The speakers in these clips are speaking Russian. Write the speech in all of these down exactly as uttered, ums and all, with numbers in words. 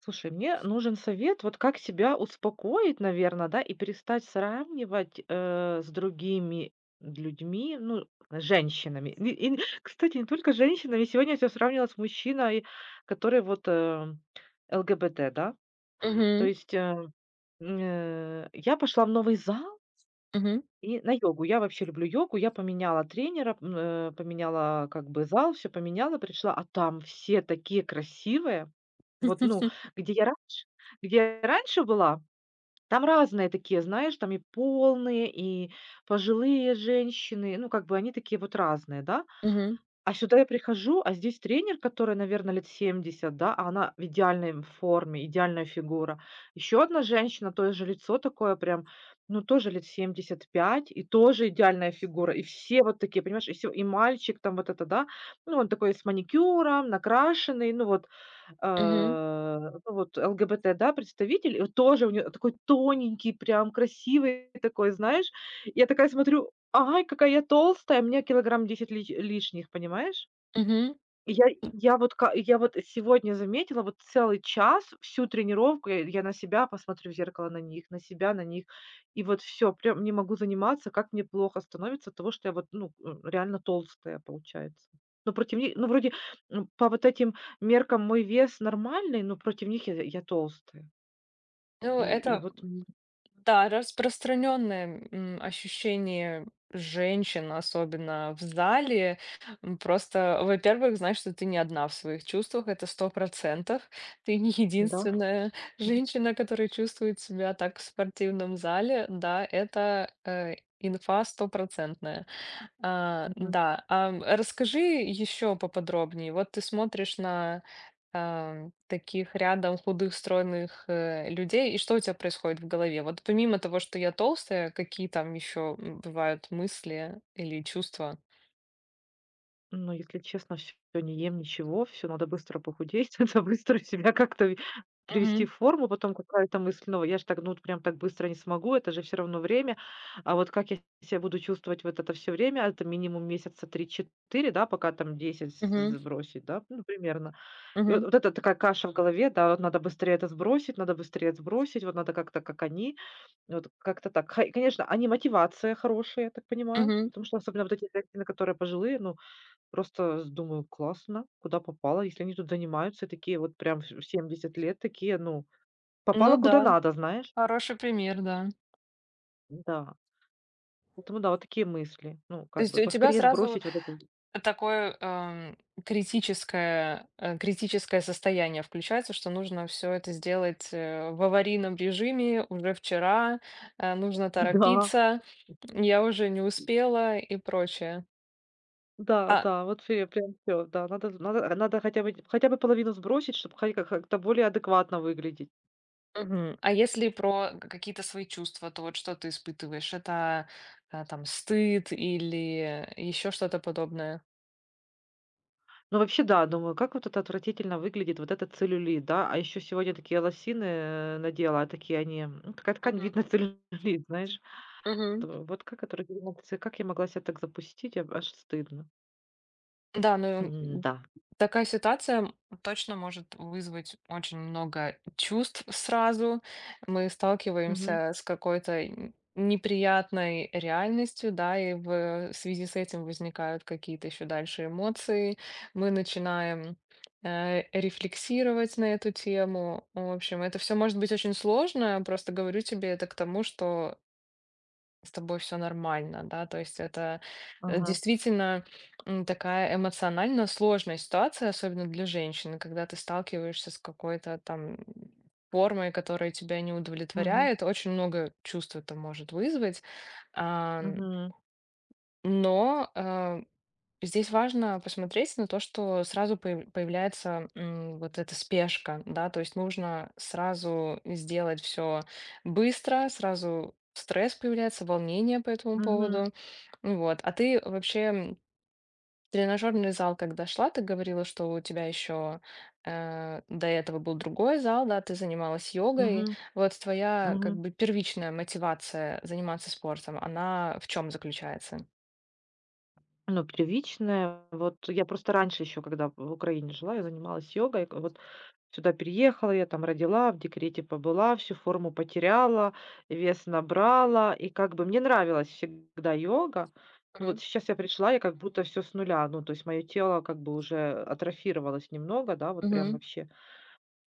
Слушай, мне нужен совет, вот как себя успокоить, наверное, да, и перестать сравнивать э, с другими людьми, ну, женщинами. И, и, кстати, не только женщинами. Сегодня я себя сравнила с мужчиной, который вот э, ЛГБТ, да. То Мгм, есть э, м, э, я пошла в новый зал, мгм. и на йогу. Я вообще люблю йогу. Я поменяла тренера, м, э, поменяла как бы зал, все поменяла, пришла, а там все такие красивые. Вот, ну, где я раньше где я раньше была, там разные такие, знаешь, там и полные, и пожилые женщины, ну, как бы они такие вот разные, да. Мгм, А сюда я прихожу, а здесь тренер, которой, наверное, лет семьдесят, да, а она в идеальной форме, идеальная фигура. Еще одна женщина, тоже лицо такое прям, ну, тоже лет семьдесят пять, и тоже идеальная фигура. И все вот такие, понимаешь, и всё, и мальчик там вот это, да, ну, он такой с маникюром, накрашенный, ну вот, мгм, э, ну вот ЛГБТ, да, представитель. И вот тоже у неё такой тоненький, прям красивый такой, знаешь. Я такая смотрю: ай, какая я толстая, у меня килограмм десять лиш лишних, понимаешь? мгм. И я я вот ка я вот сегодня заметила, вот целый час, всю тренировку я я на себя посмотрю в зеркало, на них, на себя, на них. И вот все, прям не могу заниматься, как мне плохо становится от того, что я вот, ну, м, реально толстая получается. Но против них ну, вроде, м, по вот этим меркам мой вес нормальный, но против них я я толстая. Ну, И и это, вот, м, да, распространенное, м, ощущение женщин, особенно в зале. М, просто, во-первых, знаешь, что ты не одна в своих чувствах, это сто процентов. Ты не да. единственная женщина, которая чувствует себя так в спортивном зале. Да, это, э, инфа стопроцентная. А, да, ам, расскажи еще поподробнее. Вот ты смотришь на ам, таких рядом худых, стройных э, людей, и что у тебя происходит в голове? Вот помимо того, что я толстая, какие там еще бывают мысли или чувства? Ну, если честно, все не ем ничего, все надо быстро похудеть, надо быстро себя как-то ви привести Мгм. в форму, потом какая-то мысль, ну, я же так, ну, вот прям так быстро не смогу, это же все равно время. А вот как я себя буду чувствовать вот это все время, это минимум месяца три-четыре, да, пока там десять Мгм. сбросить, да, ну, примерно. И вот Мгм. вот это такая каша в голове, да, вот надо быстрее это сбросить, надо быстрее сбросить, вот надо как-то как они. Вот как-то так. Хай конечно, они мотивация хорошая, я так понимаю, Мгм. потому что особенно вот эти женщины, которые пожилые, ну, просто с думаю: "Классно, куда попало". Если они тут занимаются, такие вот прям в в семьдесят лет, такие, ну, Ну попало куда да, надо, знаешь. хороший пример, да. Да. Поэтому да, вот такие мысли. Ну, То как есть бы у тебя поскорее сразу сбросить вот это. такое эм, критическое, э, критическое состояние включается, что нужно все это сделать э, в аварийном режиме уже вчера, э, нужно Да, торопиться, я уже не успела и прочее. да, А, да, вот всё, прям все. Да. Надо надо надо хотя бы хотя бы половину сбросить, чтобы хоть как то более адекватно выглядеть. мгм. А если про к- какие-то свои чувства, то вот что ты испытываешь? Это э, там стыд или еще что-то подобное? Ну вообще, да, думаю, как вот это отвратительно выглядит, вот этот целлюлит, да. А еще сегодня такие лосины, э, надела, а такие они, ну, такая ткань, Мгм. видно целлюлит, знаешь. Т Мгм. вот как это регламентация, как я могла себя так запустить, я аж стыдно. Да, ну, м, М-да. такая ситуация точно может вызвать очень много чувств сразу. Мы Мгм. сталкиваемся с какой-то н- неприятной реальностью, да, и в связи с этим возникают какие-то еще дальше эмоции. Мы начинаем э, рефлексировать на эту тему. В общем, это все может быть очень сложно. Просто говорю тебе это к тому, что с тобой все нормально, да. То есть это, э, Ага. действительно, м, такая эмоционально сложная ситуация, особенно для женщины, когда ты сталкиваешься с какой-то там формой, которая тебя не Мгм. удовлетворяет. Очень много чувств это может вызвать. Ам, Мгм. но, а здесь важно посмотреть на то, что сразу появ- появляется, м, вот эта спешка, да, то есть нужно сразу сделать все быстро, сразу стресс появляется, волнение по этому Мгм. поводу. Ну вот. А ты вообще, м, тренажерный зал, когда шла, ты говорила, что у тебя еще до этого был другой зал, да, ты занималась йогой. Мгм. Вот твоя как Мгм. бы первичная мотивация заниматься спортом, она в чем заключается? Ну, первичное, вот я просто раньше еще, когда в Украине жила, я занималась йогой. к- Вот сюда переехала, я там родила, в декрете побыла, всю форму потеряла, вес набрала. И как бы мне нравилась всегда йога. Ну, вот Мгм. сейчас я пришла, я как будто все с нуля. Ну, то есть мое тело как бы уже атрофировалось немного, да, вот прям Мгм. вообще.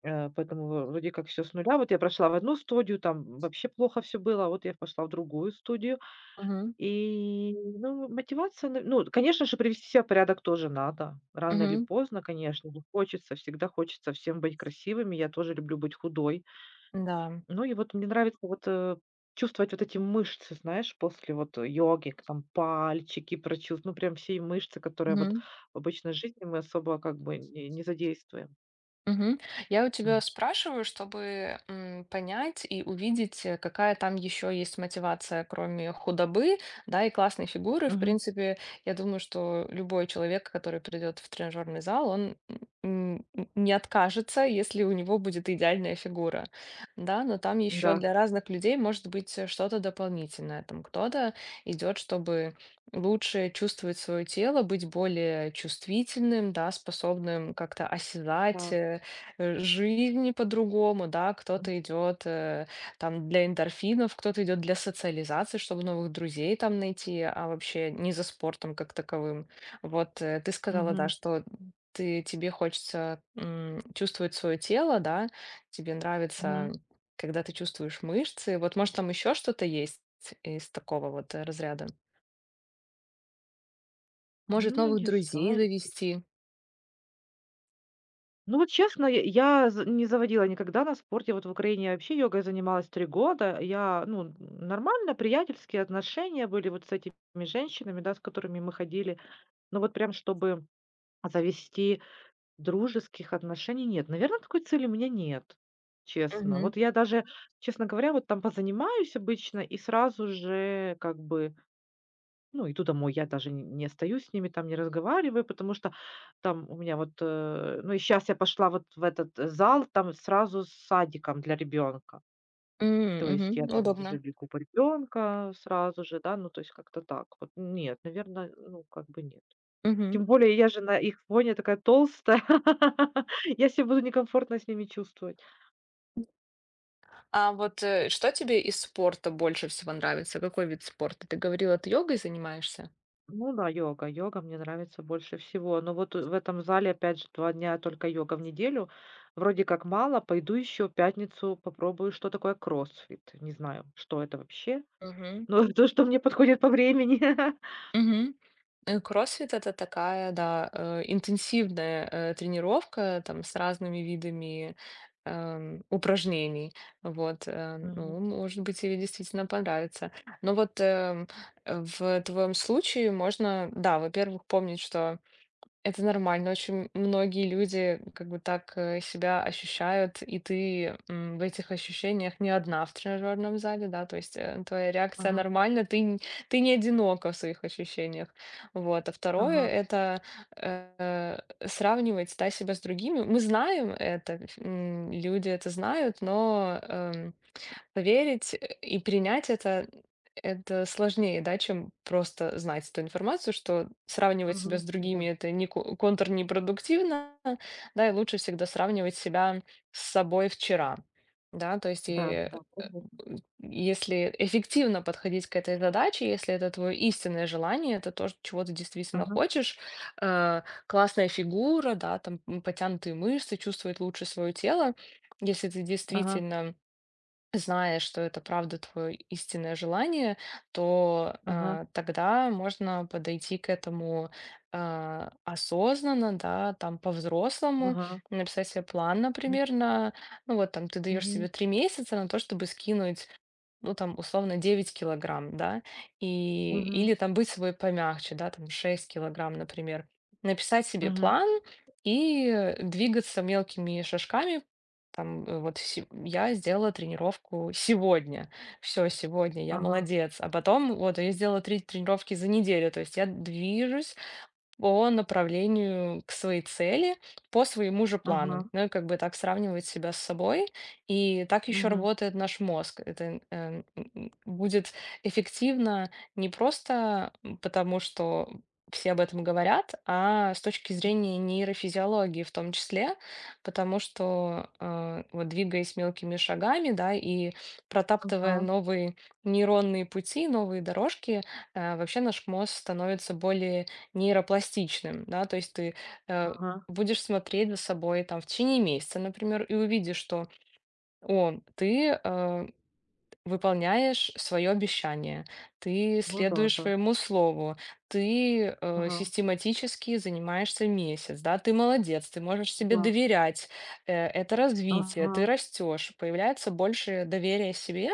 Э, поэтому в вроде как всё с нуля. Вот я прошла в одну студию, там вообще плохо все было, а вот я пошла в другую студию. Мгм. И, ну, мотивация, на ну, конечно же, привести себя в порядок тоже надо. Рано или Мгм. поздно, конечно же, хочется, всегда хочется всем быть красивыми. Я тоже люблю быть худой. Да. Ну и вот мне нравится вот, э, чувствовать вот эти мышцы, знаешь, после вот йоги, к там пальчики прочув ну, прям все мышцы, которые вот Мгм. в обычной жизни мы особо как бы не не задействуем. Мгм. Я у тебя М. спрашиваю, чтобы, м, понять и увидеть, э, какая там еще есть мотивация, кроме худобы, да, и классной фигуры. В Мгм. принципе, я думаю, что любой человек, который придет в тренажерный зал, он м, м, не откажется, если у него будет идеальная фигура, да. Но там еще Да, для разных людей может быть э, что-то дополнительное. Там кто-то идет, чтобы лучше чувствовать свое тело, быть более чувствительным, да, способным как-то осязать, да. э, э, жизни по-другому, да, кто-то идет, э, там для эндорфинов, кто-то идет для социализации, чтобы новых друзей там найти, а вообще не за спортом как таковым. Вот, э, ты сказала, да, Мгм, что ты, тебе хочется, м, чувствовать свое тело, да, тебе нравится, мгм. когда ты чувствуешь мышцы. Вот может там еще что-то есть из такого вот, э, разряда. Может Ну, новых не друзей знаю. завести. Ну, вот честно, я я з не заводила никогда на спорте. Вот в Украине я вообще йогой занималась три года. Я, ну, н нормально, приятельские отношения были вот с этими женщинами, да, с которыми мы ходили. Но вот прям чтобы завести дружеских отношений, нет. Наверное такой цели у меня нет, честно. Мгм. Вот я даже, честно говоря, вот там позанимаюсь обычно и сразу же как бы ну, иду домой, я даже н не остаюсь с ними, там не разговариваю, потому что там у меня вот, э, ну, и сейчас я пошла вот в этот э, зал, там сразу с садиком для ребенка. М, То есть я мгм. там уже Удобно. бегу по ребёнка сразу же, да, ну, то есть как-то так вот. Нет, наверное, ну, как бы нет. Мгм. Тем более я же на их фоне такая толстая. Я ся буду некомфортно с ними чувствовать. А вот, э, что тебе из спорта больше всего нравится? Какой вид спорта? Ты говорила, ты йогой занимаешься? Ну да, йога. Йога мне нравится больше всего. Но вот э, в этом зале, опять же, два дня только йога в неделю. Вроде как мало. Пойду еще в пятницу попробую, что такое кроссфит. Не знаю, что это вообще, Мгм. но то, что мне подходит по времени. Мгм. Э, кроссфит это такая, да, э, интенсивная э, тренировка там с разными видами эм, упражнений. Вот, э, Мгм. ну, может быть, тебе действительно понравится. Но вот эм, э, в твоем случае можно, да, во-первых, помнить, что это нормально. Очень многие люди как бы так, э, себя ощущают, и ты, м, в этих ощущениях не одна в тренажерном зале, да, то есть, э, твоя реакция Ага, нормальна, ты, н- ты не одинока в своих ощущениях. Вот. А второе — ага, это, э, сравнивать, да, себя с другими. Мы знаем это, ф- м, люди это знают, но, эм, поверить, э, и принять это это сложнее, да, чем просто знать эту информацию, что сравнивать себя с мгм. Да, другими — это не ко контрнепродуктивно, да, и лучше всегда сравнивать себя с собой вчера. Да, то есть да, и, э, да, конечно. если эффективно подходить к этой задаче, если это твое истинное желание, это то, чего ты действительно Ага, хочешь, э, классная фигура, да, там, м, потянутые мышцы, чувствовать лучше свое тело. Если ты ага, действительно зная, что это правда твое истинное желание, то, ага, а, тогда можно подойти к этому, а, осознанно, да, там по-взрослому, ага. написать себе план, М, например, на, ну вот там ты даешь мгм, себе три месяца на то, чтобы скинуть ну, там, условно, девять килограмм, да, и, мгм, или там быть свой помягче, да, там шесть килограмм, например. Написать себе мгм. план и, э, двигаться мелкими шажками. Там, э, вот се- я сделала тренировку сегодня. Все, сегодня, я Ага, молодец. А потом, вот, я сделала три тренировки за неделю. То есть я движусь по направлению к своей цели, по своему же плану. ага, Ну, и как бы так сравнивать себя с собой. И так еще мгм. работает наш мозг. Это э, м, будет эффективно не просто потому, что все об этом говорят, а с точки зрения нейрофизиологии в том числе, потому что, э, вот двигаясь мелкими шагами, да, и протаптывая Ага, новые нейронные пути, новые дорожки, э, вообще наш мозг становится более нейропластичным, да, то есть ты, э, ага. будешь смотреть за собой там в течение месяца, например, и увидишь, что: "О, ты, э" выполняешь свое обещание, ты Ну да, следуешь да. своему слову, ты, э, Ага, систематически занимаешься месяц, да, ты молодец, ты можешь себе да. доверять, э, это развитие, Ага. ты растешь, появляется больше доверия себе,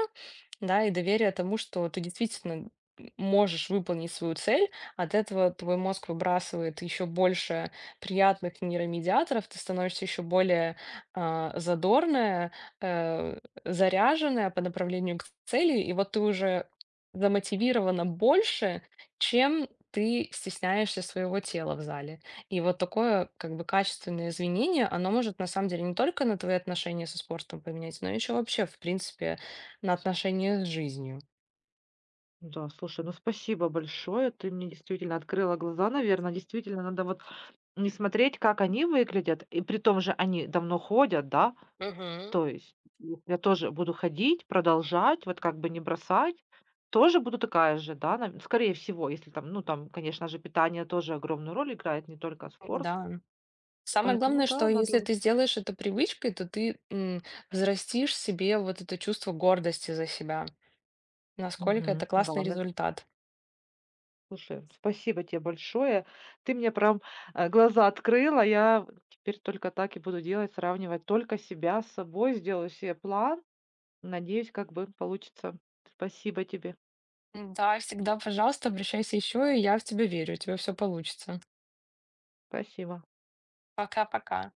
да, и доверие тому, что ты действительно можешь выполнить свою цель, от этого твой мозг выбрасывает еще больше приятных нейромедиаторов, ты становишься еще более, а, задорная, э, заряженная по направлению к цели, и вот ты уже замотивирована больше, чем ты стесняешься своего тела в зале. И вот такое как бы качественное извинение, оно может на самом деле не только на твои отношения со спортом поменять, но еще вообще, в принципе, на отношения с жизнью. Да, слушай, ну спасибо большое. Ты мне действительно открыла глаза, наверное. Действительно, надо вот не смотреть, как они выглядят. И при том же они давно ходят, да? Мгм. То есть вот я тоже буду ходить, продолжать, вот как бы не бросать. Тоже буду такая же, да, нав- скорее всего, если там, ну там, конечно же, питание тоже огромную роль играет, не только спорт. Да. Самое Поэтому, главное, что да, надо... если вот- ты сделаешь это привычкой, то ты, м, взрастишь себе вот это чувство гордости за себя. Насколько это Мгм. классный Да. результат. Слушай, спасибо тебе большое. Ты мне прям, э, глаза открыла. Я теперь только так и буду делать, сравнивать только себя с собой. Сделаю себе план. Надеюсь, как бы получится. Спасибо тебе. Да, всегда, пожалуйста, обращайся еще, и я в тебя верю, у тебя все получится. Спасибо. Пока-пока.